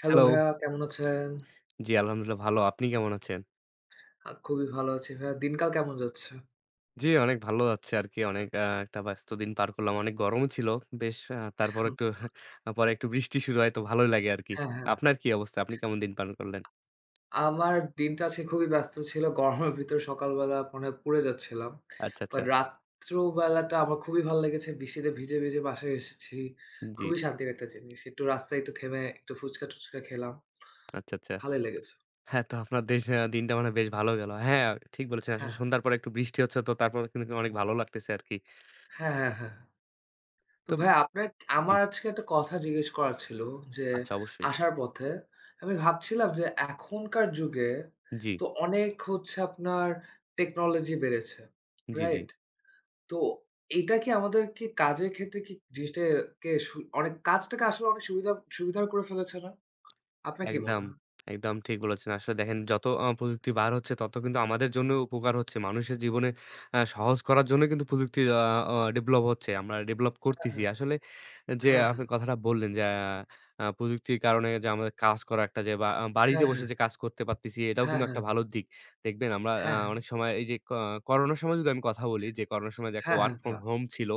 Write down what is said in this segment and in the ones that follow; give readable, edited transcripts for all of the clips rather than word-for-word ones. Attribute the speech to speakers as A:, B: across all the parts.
A: Hello
B: hello.
A: ভাইয়া কেমন আছেন?
B: জি, আলহামদুলিল্লাহ ভালো। আপনি কেমন আছেন?
A: খুবই ভালো আছি ভাইয়া। দিনকাল কেমন যাচ্ছে?
B: জি, অনেক ভালো যাচ্ছে আরকি। অনেক একটা ব্যস্ত দিন পার করলাম। অনেক গরমও ছিল। বেশ তারপর
A: হুম,
B: একটু পরে একটু বৃষ্টি শুরু হয় তো ভালোই লাগে আরকি।
A: হ্যাঁ, হ্যাঁ।
B: আপনার কি অবস্থা? আপনি কেমন দিন পালন করলেন?
A: আমার দিনটা আজকে খুবই ব্যস্ত ছিল। গরমের ভিতর সকালবেলা মনে হয় পুড়ে যাচ্ছিলাম।
B: আচ্ছা, আচ্ছা।
A: বাট রাত্রবেলাটা আমার খুবই ভালো লেগেছে। বৃষ্টিতে ভিজে, ভিজে বাসায় এসেছি।
B: জি।
A: খুবই শান্তির একটা জিনিস। একটু রাস্তায় একটু থেমে একটু ফুচকা-টুচকা খেলাম।
B: আচ্ছা, আচ্ছা।
A: ভালোই লেগেছে।
B: হ্যাঁ, তো আপনার দেশ দিনটা মানে বেশ ভালো গেল। হ্যাঁ, ঠিক বলেছেন। আসলে
A: হ্যাঁ,
B: সন্ধ্যার পরে একটু বৃষ্টি হচ্ছে তো তারপর কিন্তু অনেক ভালো লাগতেছে আরকি।
A: হ্যাঁ, হ্যাঁ, হ্যাঁ। তো
B: তো
A: ভাই
B: জি,
A: আমার আজকে একটা কথা জিজ্ঞেস করার ছিল যে
B: আচ্ছা অবশ্যই।
A: আসার পথে আমি ভাবছিলাম যে এখনকার যুগে
B: জি,
A: তো অনেক হচ্ছে আপনার টেকনোলজি বেড়েছে।
B: জি, জি।
A: রাইট? তো এটা কি আমাদেরকে কাজের ক্ষেত্রে কি জিনিসটাকে অনেক কাজটাকে আসলে অনেক সুবিধার করে ফেলেছে না? আপনার কি মনে
B: একদম,
A: হয়?
B: একদম ঠিক বলেছেন। আসলে দেখেন যত প্রযুক্তি বার হচ্ছে তত কিন্তু আমাদের জন্যও উপকার হচ্ছে। মানুষের জীবনে সহজ করার জন্য কিন্তু প্রযুক্তি আ আ ডেভেলপ হচ্ছে। আমরা ডেভেলপ
A: হ্যাঁ,
B: করতেছি।
A: হ্যাঁ।
B: আসলে যে
A: হ্যাঁ, হ্যাঁ।
B: আপনি কথাটা বললেন যে প্রযুক্তির কারণে যে আমাদের কাজ করা একটা যে বা আহ, বাড়িতে
A: হ্যাঁ,
B: বসে
A: হ্যাঁ।
B: যে কাজ করতে পারতেছি এটাও
A: হ্যাঁ,
B: কিন্তু
A: হ্যাঁ।
B: একটা ভালো দিক। দেখবেন আমরা অনেক সময় এই যে করোনার সময় যদি আমি কথা বলি যে করোনার সময় যে একটা
A: হ্যাঁ,
B: ওয়ার্ক ফ্রম
A: হ্যাঁ।
B: হোম ছিল।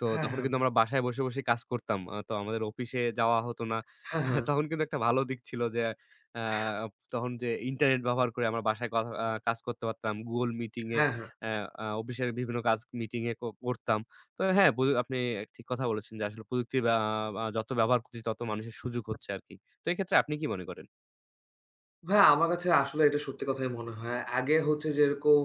B: তো
A: হ্যাঁ,
B: তখন
A: হ্যাঁ।
B: কিন্তু আমরা বাসায় বসে কাজ করতাম। তো আমাদের অফিসে যাওয়া হতো না। তখন কিন্তু একটা ভালো দিক ছিল যে আ তখন যে ইন্টারনেট ব্যবহার করে আমরা বাসায় কথা আ কাজ করতে পারতাম। Google মিটিং এ
A: হ্যাঁ, হ্যাঁ।
B: অ্যা আ অফিসের বিভিন্ন কাজ মিটিং এ করতাম। তো হ্যাঁ, আপনি ঠিক কথা বলেছেন যে আসলে প্রযুক্তির আ আ যত ব্যবহার করছি তত মানুষের সুযোগ হচ্ছে আরকি। তো এক্ষেত্রে আপনি কি মনে করেন?
A: ভাইয়া আমার কাছে আসলে এটা সত্যি কথাই মনে হয়। আগে হচ্ছে যেরকম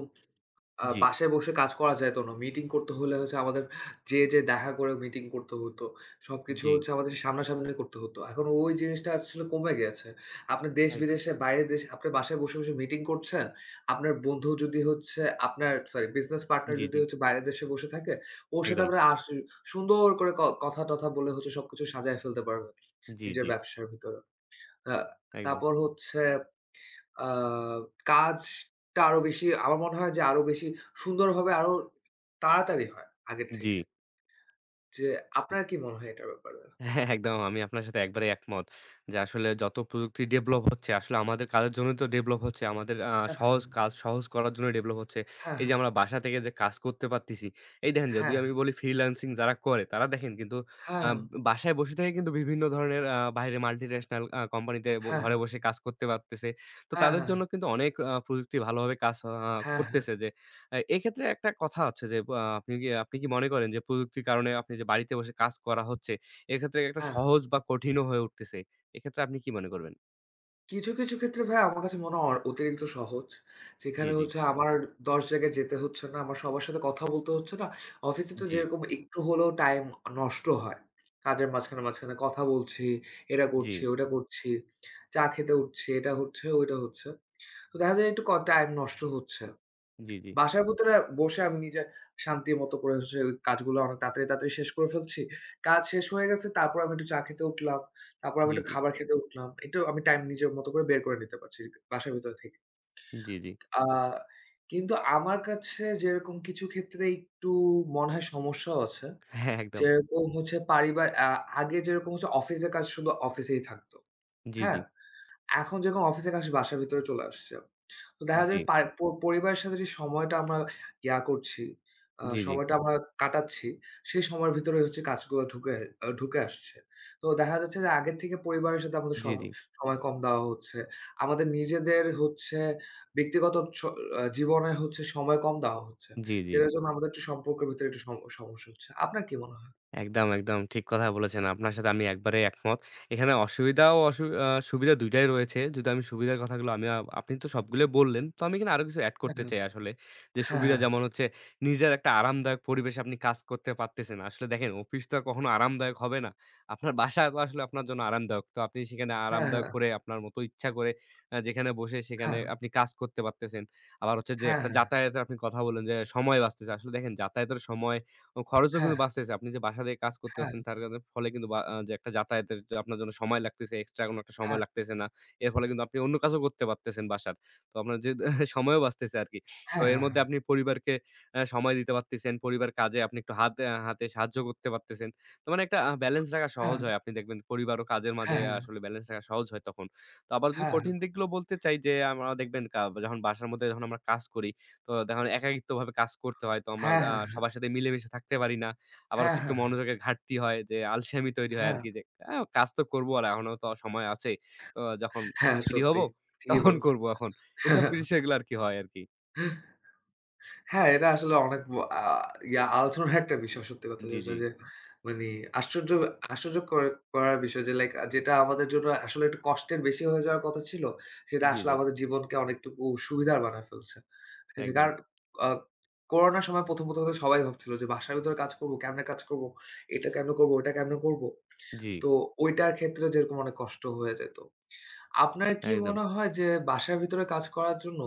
B: জি,
A: বাসায় বসে কাজ করা যাইত না। মিটিং করতে হলে হচ্ছে আমাদের যেয়ে, যেয়ে দেখা করে মিটিং করতে হতো। সবকিছু
B: জি,
A: হচ্ছে আমাদের সামনাসামনি করতে হতো। এখন ওই জিনিসটা আসলে কমে গেছে। আপনি
B: একদম।
A: দেশ-বিদেশে বাইরের দেশে আপনি বাসায় বসে, বসে মিটিং করছেন। আপনার বন্ধু যদি হচ্ছে আপনার সরি বিজনেস পার্টনার
B: জি,
A: যদি
B: জি,
A: হচ্ছে বাইরের দেশে বসে থাকে, ওর সাথে
B: একদম।
A: আপনার সুন্দর করে কথা-টথা বলে হচ্ছে সবকিছু সাজায় ফেলতে পারবেন
B: জি,
A: নিজের
B: জি,
A: ব্যবসার ভিতরে। আ
B: একদম।
A: তারপর হচ্ছে আ কাজটা আরো বেশি আমার মনে হয় যে আরো বেশি সুন্দরভাবে আরো তাড়াতাড়ি হয় আগের
B: জি।
A: থেকে। যে আপনার কি মনে হয় এটার ব্যাপারে?
B: হ্যাঁ, একদম। আমি আপনার সাথে একবারে একমত। যে আসলে যত প্রযুক্তি ডেভেলপ হচ্ছে, আসলে আমাদের কাজের জন্যই তো ডেভেলপ হচ্ছে। আমাদের
A: হ্যাঁ, হ্যাঁ,
B: সহজ কাজ সহজ করার জন্য ডেভেলপ হচ্ছে। এই
A: হ্যাঁ,
B: যে আমরা বাসা থেকে যে কাজ করতে পারতেছি। এই দেখেন যদি
A: হ্যাঁ,
B: আমি বলি ফ্রিল্যান্সিং যারা করে তারা দেখেন কিন্তু আ
A: হ্যাঁ,
B: বাসায় বসে থেকে কিন্তু বিভিন্ন ধরনের বাইরে মাল্টিন্যাশনাল কোম্পানিতে
A: হ্যাঁ, হ্যাঁ,
B: ঘরে
A: হ্যাঁ,
B: বসে কাজ করতে পারতেছে। তো
A: হ্যাঁ,
B: তাদের
A: হ্যাঁ, হ্যাঁ,
B: জন্য কিন্তু অনেক প্রযুক্তি ভালোভাবে কাজ
A: হ্যাঁ, হ্যাঁ,
B: করতেছে যে এক্ষেত্রে একটা কথা হচ্ছে যে আ আপনি কি আপনি কি মনে করেন যে প্রযুক্তির কারণে আপনি যে বাড়িতে বসে কাজ করা হচ্ছে এক্ষেত্রে একটা
A: হ্যাঁ।
B: সহজ বা কঠিনও হয়ে উঠতেছে। এক্ষেত্রে আপনি কি মনে করবেন?
A: কিছু, কিছু ক্ষেত্রে ভাই আমার কাছে মনে হয় অতিরিক্ত সহজ।
B: জি,
A: যেখানে
B: জি,
A: হচ্ছে আমার ১০ জায়গায় যেতে হচ্ছে না, আমার সবার সাথে কথা বলতে হচ্ছে না। অফিসে তো
B: জি,
A: যেরকম একটু হলেও টাইম নষ্ট হয়। কাজের মাঝখানে, মাঝখানে কথা বলছি, এটা
B: জি,
A: করছি, ওটা করছি। চা খেতে উঠছি, এটা হচ্ছে, ওইটা হচ্ছে। তো দেখা যায় একটু টাইম নষ্ট হচ্ছে।
B: জি, জি,
A: বাসার ভেতরে বসে আমি নিজের শান্তি মতো করে হচ্ছে ওই কাজগুলো অনেক তাড়াতাড়ি, তাড়াতাড়ি শেষ করে ফেলছি। কাজ শেষ হয়ে গেছে, তারপর আমি একটু চা খেতে উঠলাম। তারপর আমি
B: জি,
A: একটু
B: জি,
A: খাবার খেতে উঠলাম। একটু আমি টাইম নিজের মতো করে বের করে নিতে পারছি বাসার ভিতর থেকে।
B: জি, জি।
A: আ কিন্তু আমার কাছে যেরকম কিছু ক্ষেত্রে একটু মনে হয় সমস্যাও আছে।
B: হ্যাঁ, একদম।
A: যেরকম হচ্ছে পারিবার আ আগে যেরকম হচ্ছে অফিসের কাজ শুধু অফিসেই থাকতো।
B: জি, জি,
A: হ্যাঁ? এখন যেরকম অফিসের কাজ বাসার ভিতরে চলে আসছে। তো দেখা
B: জি,
A: যায় পায় প পরিবারের সাথে যে সময়টা আমরা ইয়া করছি,
B: জি,
A: সময়টা আমরা কাটাচ্ছি, সেই সময়ের ভিতরে হচ্ছে কাজগুলো ঢুকে আসছে। তো দেখা যাচ্ছে যে আগের থেকে পরিবারের সাথে আমাদের
B: জি, জি,
A: সময় কম দেওয়া হচ্ছে। আমাদের নিজেদের হচ্ছে ব্যক্তিগত স আ জীবনে হচ্ছে সময় কম দেওয়া হচ্ছে।
B: জি, জি।
A: যেটার জন্য আমাদের একটু সম্পর্কের ভিতরে একটু সমস্যা হচ্ছে। আপনার কি মনে হয়?
B: একদম, একদম ঠিক কথা বলেছেন। আপনার সাথে আমি একবারেই একমত। এখানে অসুবিধা ও অসু আ সুবিধা ২ টাই রয়েছে। যদি আমি সুবিধার কথাগুলো আমি, আপনি তো সবগুলোই বললেন। তো আমি এখানে আরো কিছু এড করতে
A: হ্যাঁ,
B: চাই আসলে। যে সুবিধা
A: হ্যাঁ,
B: যেমন হচ্ছে নিজের একটা আরামদায়ক পরিবেশে আপনি কাজ করতে পারতেছেন। আসলে দেখেন অফিস তো আর কখনো আরামদায়ক হবে না। আপনার বাসা তো আসলে আপনার জন্য আরামদায়ক। তো আপনি সেখানে
A: হ্যাঁ,
B: আরামদায়ক
A: হ্যাঁ,
B: করে আপনার মতো ইচ্ছা করে যেখানে বসে সেখানে
A: হ্যাঁ,
B: আপনি কাজ করতে পারতেছেন। আবার হচ্ছে যে একটা
A: হ্যাঁ,
B: যাতায়াতের আপনি কথা বললেন যে সময় বাঁচতেছে। আসলে দেখেন যাতায়াতের সময় ও খরচও
A: হ্যাঁ,
B: কিন্তু বাঁচতেছে। আপনি যে বাসা থেকে কাজ করতে
A: হ্যাঁ,
B: পারছেন তার কারণে ফলে কিন্তু বা আ যে একটা যাতায়াতের যে আপনার জন্য সময় লাগতেছে, এক্সট্রা কোনো একটা সময়
A: হ্যাঁ,
B: লাগতেছে না। এর ফলে কিন্তু আপনি অন্য কাজও করতে পারতেছেন বাসার। তো আপনার যে সময়ও বাঁচতেছে আরকি। তো
A: হ্যাঁ,
B: এর
A: হ্যাঁ,
B: মধ্যে
A: হ্যাঁ,
B: আপনি পরিবারকে সময় দিতে পারতেছেন। পরিবার কাজে আপনি একটু হাতে সাহায্য করতে পারতেছেন। তো মানে একটা ব্যালেন্স রাখা সহজ
A: হ্যাঁ,
B: হয়। আপনি দেখবেন পরিবার ও কাজের মাঝে
A: হ্যাঁ, হ্যাঁ,
B: আসলে ব্যালেন্স রাখা সহজ হয় তখন। তো আবার যদি
A: হ্যাঁ,
B: কঠিন দিকগুলো বলতে চাই যে আমরা দেখবেন যখন বাসার মধ্যে যখন আমরা কাজ করি তো দেখুন একাকিত্বভাবে কাজ করতে হয়। তো আমরা
A: হ্যাঁ, হ্যাঁ, হ্যাঁ, হ্যাঁ,
B: সবার সাথে মিলেমিশে থাকতে পারি না। আবার
A: হ্যাঁ,
B: হচ্ছে একটু
A: হ্যাঁ।
B: মনোযোগের ঘাটতি হয় যে আলসেমি তৈরি হয়
A: হ্যাঁ,
B: আরকি যে কাজ তো করবো আর এখনো তো সময় আছে। তো যখন
A: হ্যাঁ,
B: ফ্রি হব
A: সত্যি। ঠিকই
B: তখন
A: বলেছেন।
B: করব এখন। এসব বিষয়গুলো আরকি হয় আরকি।
A: হ্যাঁ, এটা আসলে অনেক ব আ ইয়া আলোচনার একটা বিষয় সত্যি কথা
B: জি, জি।
A: যেটা যে মানে আশ্চর্য আশ্চর্য কর করার বিষয় যে লাইক যেটা আমাদের জন্য আসলে একটু কষ্টের বেশি হয়ে যাওয়ার কথা ছিল, সেটা
B: জি,
A: আসলে
B: জি।
A: আমাদের জীবনকে অনেকটুকু সুবিধার বানায় ফেলছে। ঠিক আছে?
B: একদম।
A: কারণ আ করোনার সময় ১ম, ১ম তো সবাই ভাবছিল যে বাসার ভিতরে কাজ করব, কেমনে কাজ করব, এটা কেমনে করব, ওটা কেমনে করব।
B: জি,
A: তো ঐটার ক্ষেত্রে যেরকম অনেক কষ্ট হয়ে যেত। আপনার কি
B: একদম।
A: মনে হয় যে বাসার ভিতরে কাজ করার জন্য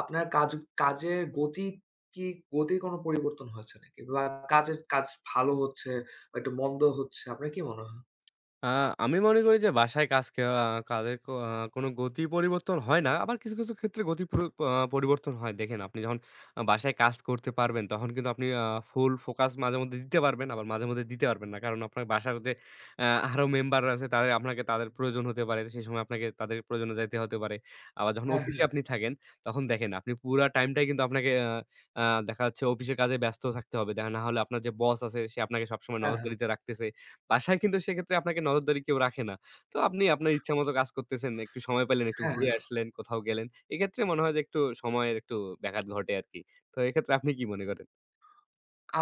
A: আপনার কাজ কাজের কি গতির কোনো পরিবর্তন হয়েছে নাকি? বা কাজ ভালো হচ্ছে বা একটু মন্দ হচ্ছে আপনার কি মনে হয়?
B: আ আমি মনে করি যে বাসায় কাজের কো আ কোনো গতি পরিবর্তন হয় না। আবার কিছু ক্ষেত্রে গতি পুরো পরিবর্তন হয়। দেখেন আপনি যখন বাসায় কাজ করতে পারবেন তখন কিন্তু আপনি ফুল ফোকাস মাঝেমধ্যে দিতে পারবেন, আবার মাঝেমধ্যে দিতে পারবেন না। কারণ আপনার বাসাতে আরো মেম্বার আছে তাদের আপনাকে তাদের প্রয়োজন হতে পারে। সেই সময় আপনাকে তাদের প্রয়োজনে যাইতে হতে পারে। আবার যখন
A: হ্যাঁ,
B: অফিসে
A: হ্যাঁ।
B: আপনি থাকেন তখন দেখেন আপনি পুরা টাইমটাই কিন্তু আপনাকে আ আ দেখা যাচ্ছে অফিসের কাজে ব্যস্ত থাকতে হবে। দেখা না হলে আপনার যে বস আছে সে আপনাকে সবসময়
A: হ্যাঁ, হ্যাঁ।
B: নজরদারিতে রাখতেছে। বাসায় কিন্তু সেক্ষেত্রে আপনাকে নজরদারি কেউ রাখে না। তো আপনি আপনার ইচ্ছামত কাজ করতেছেন, একটু সময় পাইলেন, একটু
A: হ্যাঁ,
B: ঘুরে
A: হ্যাঁ।
B: আসলেন, কোথাও গেলেন। এক্ষেত্রে মনে হয় যে একটু সময়ের একটু ব্যাঘাত ঘটে আরকি। তো এক্ষেত্রে আপনি কি মনে করেন?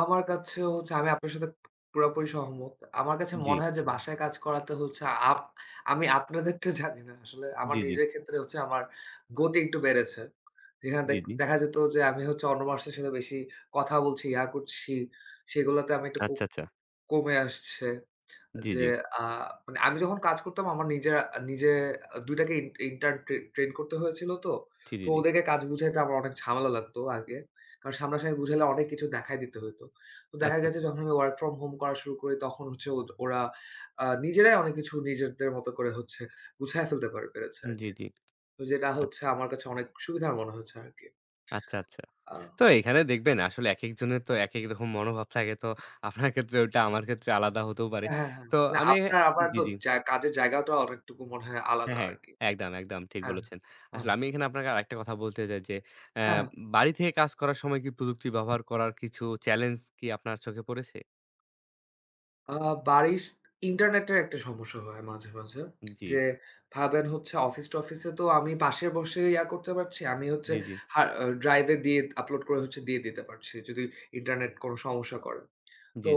A: আমার কাছে হচ্ছে আমি আপনার সাথে পুরাপুরি সহমত। আমার কাছে
B: জি,
A: মনে হয় যে বাসায় কাজ করাতে হচ্ছে আপ আমি আপনাদেরটা জানি না। আসলে আমার
B: জি, জি,
A: নিজের ক্ষেত্রে হচ্ছে আমার গতি একটু বেড়েছে। যেখানে
B: জি, জি।
A: দেখা যেত যে আমি হচ্ছে অন্য মানুষের সাথে বেশি কথা বলছি, ইহা করছি, সেগুলাতে আমি একটু
B: আচ্ছা, আচ্ছা।
A: কমে আসছে।
B: জি, জি,
A: যে আ মানে আমি যখন কাজ করতাম আমার নিজের আ নিজে ২ টাকে ইন্টার্ন ট্রেন করতে হয়েছিল তো।
B: জি, জি,
A: তো
B: জি।
A: ওদেরকে কাজ বুঝাইতে আমার অনেক ঝামেলা লাগতো আগে। কারণ সামনাসামনি বুঝাইলে অনেক কিছু দেখায় দিতে হইতো। তো দেখা
B: আচ্ছা,
A: গেছে
B: আচ্ছা।
A: যখন আমি ওয়ার্ক ফ্রম হোম করা শুরু করি তখন হচ্ছে ওরা নিজেরাই অনেক কিছু নিজেদের মতো করে হচ্ছে গুছায় ফেলতে পারে পেরেছে
B: জি,
A: আরকি।
B: জি।
A: তো যেটা
B: আ
A: হচ্ছে আমার কাছে অনেক সুবিধার মনে হয়েছে আরকি।
B: আচ্ছা, আচ্ছা।
A: আ
B: তো এখানে দেখবেন আসলে একেকজনের তো একেক রকম মনোভাব থাকে। তো আপনার ক্ষেত্রে ওটা আমার ক্ষেত্রে আলাদা হতেও পারে।
A: হ্যাঁ, হ্যাঁ।
B: তো
A: না
B: আমি
A: আপনার আমার
B: জি,
A: তো
B: জি।
A: কাজের জায়গাটা অনেকটুকু মনে হয়
B: হ্যাঁ,
A: আলাদা
B: হ্যাঁ।
A: আরকি।
B: একদম, একদম ঠিক
A: হ্যাঁ,
B: বলেছেন।
A: হ্যাঁ,
B: আসলে আমি এখানে আপনাকে আরেকটা কথা বলতে চাই যে, অ্যা
A: হ্যাঁ, হ্যাঁ।
B: বাড়ি থেকে কাজ করার সময় কি প্রযুক্তি ব্যবহার করার কিছু চ্যালেঞ্জ কি আপনার চোখে পড়েছে?
A: আ বাড়ির স ইন্টারনেটের একটা সমস্যা হয় মাঝে, মাঝে।
B: জি,
A: যে ভাবেন হচ্ছে অফিস-টফিসে তো আমি পাশে বসে ইয়া করতে পারছি। আমি হচ্ছে
B: জি, জি,
A: হা আ ড্রাইভে দিয়ে আপলোড করে হচ্ছে দিয়ে দিতে পারছি। যদি ইন্টারনেট কোনো সমস্যা করে।
B: জি,
A: তো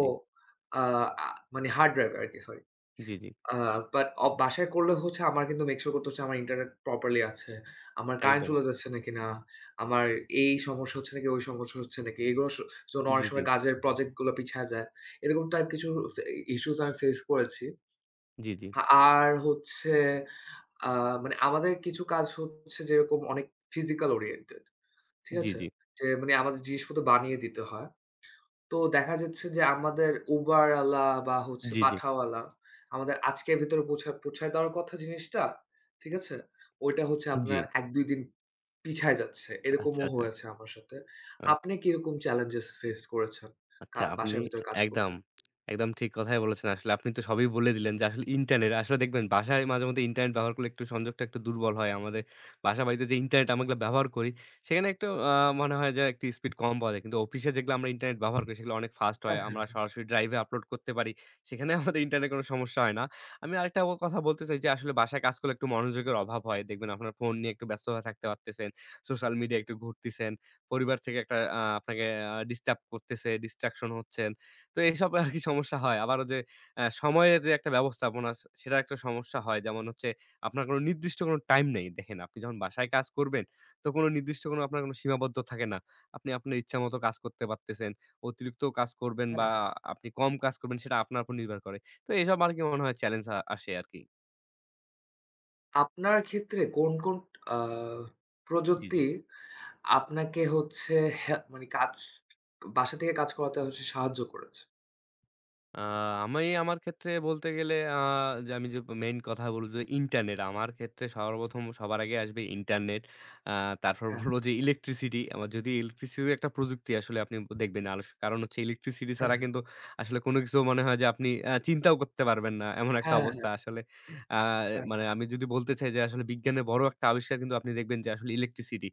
A: আ আ মানে হার্ড ড্রাইভে আরকি sorry.
B: G, G, G,
A: a but বাসায় করলে হচ্ছে আমার কিন্তু মেক সিউর করতে হচ্ছে আমার ইন্টারনেট প্রপারলি আছে। আমার কারেন্ট
B: একদম।
A: চলে যাচ্ছে নাকি না? আমার এই সমস্যা হচ্ছে নাকি ওই সমস্যা হচ্ছে নাকি? এগুলোর জন্য
B: জি,
A: অনেক
B: জি,
A: সময় কাজের প্রজেক্ট গুলো পিছায়া যায়। এরকম টাইপ কিছু ফে ইস্যুস আমি ফেস করেছি।
B: জি, জি,
A: আ আর হচ্ছে আ মানে আমাদের কিছু কাজ হচ্ছে যেরকম অনেক ফিজিক্যাল ওরিয়েন্টেড। ঠিক
B: জি,
A: আছে? যে মানে আমাদের জিনিসপত্র বানিয়ে দিতে হয়। তো দেখা যাচ্ছে যে আমাদের Uber আলা বা হচ্ছে
B: জি,
A: পাঠাওয়ালা আমাদের আজকের ভেতরে পৌঁছায় দেওয়ার কথা জিনিসটা, ঠিক আছে? ওইটা হচ্ছে
B: জি, জি,
A: আপনার ১-২ দিন পিছায় যাচ্ছে।
B: আচ্ছা,
A: এরকমও
B: আচ্ছা।
A: হয়েছে আমার সাথে।
B: আ
A: আপনি কিরকম challenges ফেস করেছেন
B: আচ্ছা, আপনি
A: বাসার ভেতরে কাজ
B: একদম,
A: করতে?
B: একদম ঠিক কথাই বলেছেন। আসলে আপনি তো সবই বলে দিলেন যে আসলে ইন্টারনেট আসলে দেখবেন বাসায় মাঝেমধ্যে ইন্টারনেট ব্যবহার করলে একটু সংযোগটা একটু দুর্বল হয়। আমাদের বাসা-বাড়িতে যে ইন্টারনেট আমরা ব্যবহার করি, সেখানে একটু মনে হয় যে একটু স্পিড কম পাওয়া যায়। কিন্তু অফিসে যেগুলো আমরা ইন্টারনেট ব্যবহার করি, সেগুলো অনেক ফাস্ট হয়।
A: হ্যাঁ, হ্যাঁ,
B: আমরা সরাসরি ড্রাইভে আপলোড করতে পারি। সেখানে আমাদের ইন্টারনেট কোনো সমস্যা হয় না। আমি আরেকটা ও কথা বলতে চাই যে আসলে বাসায় কাজ করলে একটু মনোযোগের অভাব হয়। দেখবেন আপনার ফোন নিয়ে একটু ব্যস্ত হয়ে থাকতে পারতেছেন। সোশ্যাল মিডিয়া একটু ঘুরতেছেন। পরিবার থেকে একটা আপনাকে ডিস্টার্ব করতেছে, ডিস্ট্রাকশন হচ্ছেন। তো এইসব আরকি সমস্যা হয়। আবারও যে সময়ের যে একটা ব্যবস্থাপনা সেটার একটা সমস্যা হয়। যেমন হচ্ছে আপনার কোনো নির্দিষ্ট কোনো টাইম নেই। দেখেন আপনি যখন বাসায় কাজ করবেন, তো কোনো নির্দিষ্ট কোনো আপনার কোনো সীমাবদ্ধ থাকে না। আপনি আপনার ইচ্ছামত কাজ করতে পারতেছেন। অতিরিক্তও কাজ করবেন বা
A: হ্যাঁ, হ্যাঁ।
B: আপনি কম কাজ করবেন সেটা আপনার উপর নির্ভর করে। তো এসব আরকি মনে হয় চ্যালেঞ্জ আসে আরকি।
A: আপনার ক্ষেত্রে কোন, কোন আ
B: জি, জি।
A: প্রযুক্তি আপনাকে হচ্ছে হ্যা মানে কাজ বাসা থেকে কাজ করাতে হচ্ছে সাহায্য করেছে?
B: আ আমি আমার ক্ষেত্রে বলতে গেলে যে আমি যে মেইন কথা বলব যে ইন্টারনেট। আমার ক্ষেত্রে সর্বপ্রথম সবার আগে আসবে ইন্টারনেট। আ তারপর
A: হ্যাঁ,
B: বলব যে ইলেকট্রিসিটি। আমার যদি ইলেকট্রিসিটিও একটা প্রযুক্তি আসলে আপনি দেখবেন কারণ হচ্ছে ইলেকট্রিসিটি
A: হ্যাঁ,
B: ছাড়া কিন্তু আসলে কোনো কিছু মনে হয় যে আপনি চিন্তাও করতে পারবেন না। এমন একটা
A: হ্যাঁ, হ্যাঁ,
B: অবস্থা
A: হ্যাঁ,
B: আসলে। আ
A: হ্যাঁ,
B: মানে আমি যদি বলতে চাই যে আসলে বিজ্ঞানের বড় একটা আবিষ্কার কিন্তু আপনি দেখবেন যে আসলে ইলেকট্রিসিটি।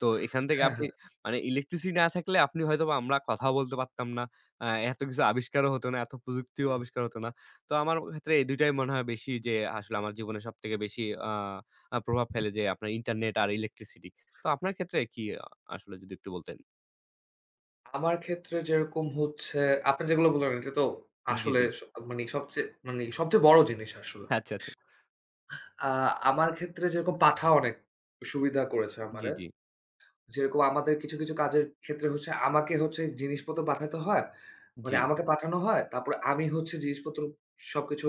B: তো এখান থেকে
A: হ্যাঁ, হ্যাঁ,
B: আপনি
A: হ্যাঁ।
B: মানে ইলেকট্রিসিটি না থাকলে আপনি হয়তোবা আমরা কথাও বলতে পারতাম না। আ এত কিছু আবিষ্কারও হতো না, এত প্রযুক্তিও আবিষ্কার হতো না। তো আমার ক্ষেত্রে এই ২ টাই মনে হয় বেশি যে আসলে আমার জীবনে সবথেকে বেশি আ আ প্রভাব ফেলে যে আপনার ইন্টারনেট আর ইলেকট্রিসিটি। তো আপনার ক্ষেত্রে কি আসলে যদি একটু বলতেন?
A: আমার ক্ষেত্রে যেরকম হচ্ছে আপনি যেগুলো বললেন, এটা তো
B: জি,
A: আসলে
B: জি।
A: মানে সবচেয়ে বড় জিনিস আসলে।
B: আচ্ছা, আচ্ছা।
A: আ আমার ক্ষেত্রে যেরকম পাঠা অনেক সুবিধা করেছে
B: জি,
A: আমারে।
B: জি,
A: যেরকম আমাদের কিছু, কিছু কাজের ক্ষেত্রে হচ্ছে আমাকে হচ্ছে জিনিসপত্র পাঠাতে হয়।
B: জি,
A: মানে আমাকে পাঠানো হয়। তারপরে আমি হচ্ছে জিনিসপত্র সবকিছু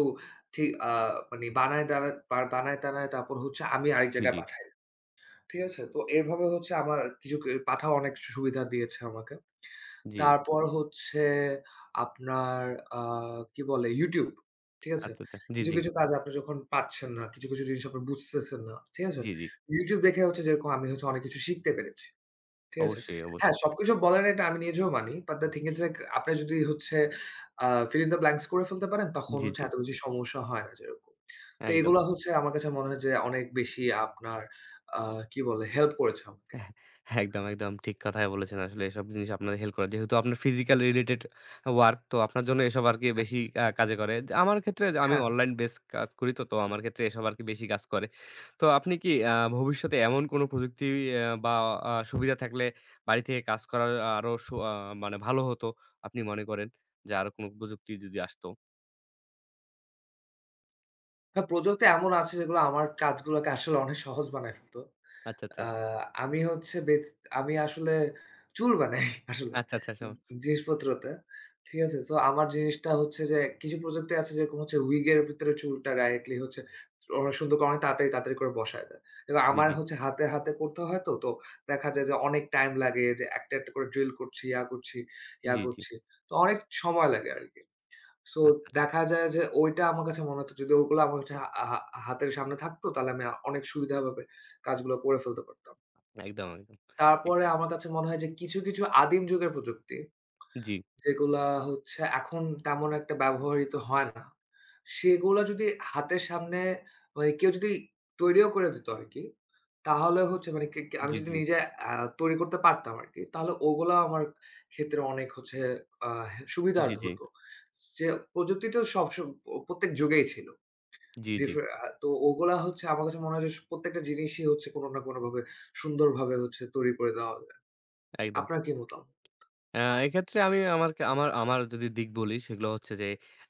A: ঠিক আ মানে বানায় টানায় বা বানায়-টানায় তারপর হচ্ছে আমি আরেক
B: জি,
A: জায়গায়
B: জি,
A: পাঠাই। ঠিক আছে? তো এভাবে হচ্ছে আমার কিছু পাঠাও অনেক সুবিধা দিয়েছে আমাকে।
B: জি।
A: তারপর হচ্ছে আপনার আ কি বলে? YouTube, ঠিক আছে?
B: আচ্ছা, আচ্ছা। জি,
A: কিছু,
B: জি,
A: কিছু কাজ আপনি যখন পারছেন না, কিছু, কিছু জিনিস আপনি বুঝতেছেন না, ঠিক আছে?
B: জি, জি।
A: YouTube দেখে হচ্ছে যেরকম আমি হচ্ছে অনেক কিছু শিখতে পেরেছি, ঠিক আছে?
B: অবশ্যই, অবশ্যই।
A: হ্যাঁ, সবকিছু বলে না এটা আমি নিজেও মানি। But the thing is like আপনি যদি হচ্ছে আ fill in the blanks করে ফেলতে পারেন তখন
B: জি,
A: হচ্ছে
B: জি।
A: এত বেশি সমস্যা হয় না যেরকম। তো
B: একদম।
A: এগুলা হচ্ছে আমার কাছে মনে হয় যে অনেক বেশি আপনার আ কি বলে? হেল্প করেছে আমাকে।
B: একদম, একদম ঠিক কথাই বলেছেন। আসলে এসব জিনিস আপনার হেল্প করে। যেহেতু আপনার ফিজিক্যাল রিলেটেড ওয়ার্ক তো আপনার জন্য এসব আরকি
A: হ্যাঁ,
B: বেশি কাজে করে। যে আমার ক্ষেত্রে যে আমি
A: হ্যাঁ।
B: অনলাইন বেস কাজ করি তো, তো আমার ক্ষেত্রে এসব আরকি বেশি কাজ করে। তো আপনি কি ভবিষ্যতে এমন কোনো প্রযুক্তি বা সুবিধা থাকলে বাড়ি থেকে কাজ করার আরো সু আ মানে ভালো হতো আপনি মনে করেন? যে আরো কোনো প্রযুক্তি যদি আসতো?
A: হ্যাঁ, প্রযুক্তি এমন আছে যেগুলো আমার কাজগুলোকে আসলে অনেক সহজ বানায় ফেলত।
B: আচ্ছা, আচ্ছা।
A: আ আমি হচ্ছে আমি আসলে চুর বানাই আসলে
B: আচ্ছা, আচ্ছা।
A: জিনিসপত্রতে। ঠিক আছে? সো আমার জিনিসটা হচ্ছে যে কিছু প্রযুক্তি আছে যেরকম হচ্ছে wig এর ভিতরে চুলটা ডাইরেক্টলি হচ্ছে অনেক সুন্দর করে অনেক তাড়াতাড়ি, তাড়াতাড়ি করে বসায় দেয়। এবং
B: জি,
A: আমার
B: জি।
A: হচ্ছে হাতে, হাতে করতে হয় তো দেখা যায় যে অনেক টাইম লাগে যে একটা, একটা করে ড্রিল করছি, ইয়া করছি, ইয়া
B: জি, জি।
A: করছি। তো অনেক সময় লাগে আরকি। সো
B: আচ্ছা, আচ্ছা।
A: দেখা যায় যে ওইটা আমার কাছে মনে হতো যদি ওগুলো আমার হচ্ছে আ হা হাতের সামনে থাকতো তাহলে আমি অনেক সুবিধাভাবে কাজগুলো করে ফেলতে পারতাম।
B: একদম, একদম। ঠিক। আছে।
A: তারপরে আমার কাছে মনে হয় যে কিছু, কিছু আদিম যুগের প্রযুক্তি
B: জি,
A: যেগুলা হচ্ছে এখন তেমন একটা ব্যবহৃত হয় না। সেগুলা যদি হাতের সামনে মানে কেউ যদি তৈরিও করে দিত আরকি, তাহলে হচ্ছে মানে কে কে আমি
B: জি,
A: যদি
B: জি।
A: নিজে আ তৈরি করতে পারতাম আরকি, তাহলে ওগুলা আমার ক্ষেত্রে অনেক হচ্ছে আ সুবিধার
B: জি, জি।
A: হতো। যে প্রযুক্তি তো প্রত্যেক যুগেই ছিল।
B: জি, জি।
A: ডিফার আ তো ওগুলা হচ্ছে আমার কাছে মনে হয় যে প্রত্যেকটা জিনিসই হচ্ছে কোনো না কোনোভাবে সুন্দরভাবে হচ্ছে তৈরি করে দেওয়া যায়।
B: একদম।
A: আপনার কি মতামত?
B: আ এক্ষেত্রে আমি আমার আমার যদি দিক বলি সেগুলো হচ্ছে যে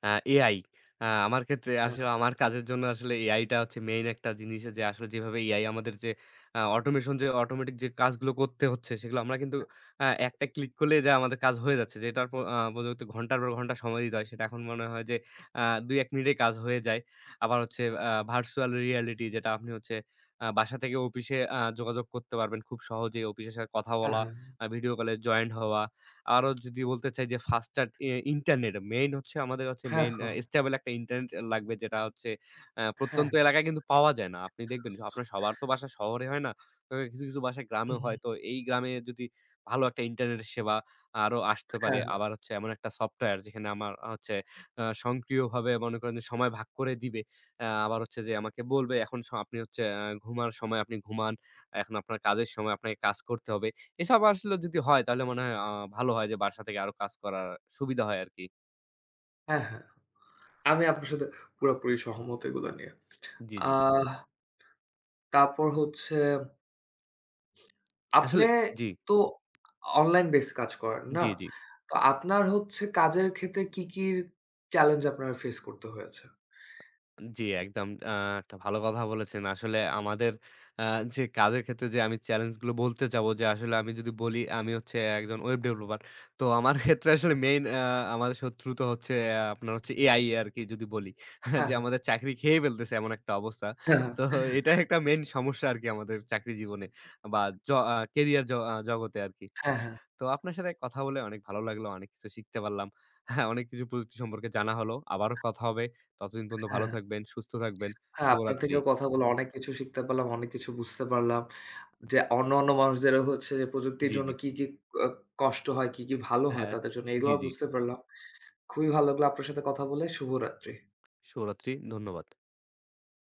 B: এআই। আমার ক্ষেত্রে
A: হ্যাঁ,
B: আসলে আমার কাজের জন্য আসলে এআইটা হচ্ছে মেইন একটা জিনিস যে আসলে যেভাবে এআই আমাদের যে অটোমেশন যে অটোমেটিক যে কাজগুলো করতে হচ্ছে সেগুলো আমরা কিন্তু একটা ক্লিক করলে যা আমাদের কাজ হয়ে যাচ্ছে। যেটার পর প্রযুক্তি ঘন্টার পর ঘন্টা সময় দিতে হয় সেটা এখন মনে হয় যে আ ২-১ মিনিটে কাজ হয়ে যায়। আবার হচ্ছে ভার্চুয়াল রিয়ালিটি যেটা আপনি হচ্ছে বাসা থেকে অফিসে যোগাযোগ করতে পারবেন খুব সহজেই। অফিসের সাথে কথা
A: হ্যাঁ,
B: বলা,
A: হ্যাঁ,
B: ভিডিও কলে জয়েন্ট হওয়া। আরো যদি বলতে চাই যে ফাস্টার এ ইন্টারনেট মেইন হচ্ছে আমাদের হচ্ছে
A: হ্যাঁ,
B: মেইন
A: হ্যাঁ,
B: স্টেবল একটা ইন্টারনেট লাগবে যেটা হচ্ছে
A: হ্যাঁ।
B: প্রত্যন্ত এলাকায় কিন্তু পাওয়া যায় না। আপনি দেখবেন যে আপনার সবার তো বাসা শহরে হয় না। তো কিছু বাসা গ্রামেও
A: হুম,
B: হয়। তো এই গ্রামে যদি ভালো একটা ইন্টারনেটের সেবা আরো আসতে পারে।
A: হ্যাঁ, হ্যাঁ,
B: আবার হচ্ছে এমন একটা সফটওয়্যার যেখানে আমার হচ্ছে সক্রিয়ভাবে মনে করেন যে সময় ভাগ করে দিবে। আবার হচ্ছে যে আমাকে বলবে এখন আপনি হচ্ছে ঘুমার সময় আপনি ঘুমান। এখন আপনার কাজের সময় আপনাকে কাজ করতে হবে। এসব আসলে যদি হয় তাহলে মনে হয় ভালো হয় যে বাসা থেকে আরো কাজ করার সুবিধা হয় আরকি।
A: হ্যাঁ। হ্যাঁ। আমি আপনার সাথে পুরাপুরি সহমত এগুলা নিয়ে।
B: জি, জি।
A: আহ তারপর হচ্ছে আপনে
B: আসলে জি,
A: তো অনলাইন বেস কাজ করেন, না?
B: জি, জি,
A: তো আপনার হচ্ছে কাজের ক্ষেত্রে কি, কি চ্যালেঞ্জ আপনার ফেস করতে হয়েছে?
B: জি একদম একটা ভালো কথা বলেছেন। আসলে আমাদের আ যে কাজের ক্ষেত্রে যে আমি চ্যালেঞ্জ গুলো বলতে যাবো যে আসলে আমি যদি বলি আমি হচ্ছে একজন ওয়েব ডেভেলপার। তো আমার ক্ষেত্রে আসলে মেইন আ আমাদের শত্রু তো হচ্ছে আপনার হচ্ছে এআই আরকি যদি বলি।
A: হ্যাঁ,
B: যে
A: হ্যাঁ, হ্যাঁ,
B: আমাদের চাকরি খেয়ে ফেলতেছে এমন একটা অবস্থা।
A: হ্যাঁ, হ্যাঁ,
B: তো এটা একটা মেইন সমস্যা আরকি আমাদের চাকরি জীবনে বা জ আ কেরিয়ার জ আ জগতে আরকি।
A: হ্যাঁ, হ্যাঁ,
B: তো আপনার সাথে কথা বলে অনেক ভালো লাগলো। অনেক কিছু শিখতে পারলাম। হ্যাঁ, অনেক কিছু প্রযুক্তি সম্পর্কে জানা হলো। আবারও কথা হবে। ততদিন পর্যন্ত ভালো
A: হ্যাঁ,
B: থাকবেন, সুস্থ থাকবেন।
A: হ্যাঁ, আপনার
B: শুভরাত্রি।
A: থেকেও কথা বলে অনেক কিছু শিখতে পারলাম, অনেক কিছু বুঝতে পারলাম। যে অন্যান্য মানুষদেরও হচ্ছে যে প্রযুক্তির
B: জি,
A: জন্য
B: জি।
A: কি, কি আ কষ্ট হয়, কি, কি ভালো হয়
B: হ্যাঁ,
A: তাদের জন্য
B: জি,
A: এগুলাও
B: জি।
A: বুঝতে পারলাম। খুবই ভালো লাগলো আপনার সাথে কথা বলে। শুভরাত্রি।
B: শুভরাত্রি। ধন্যবাদ।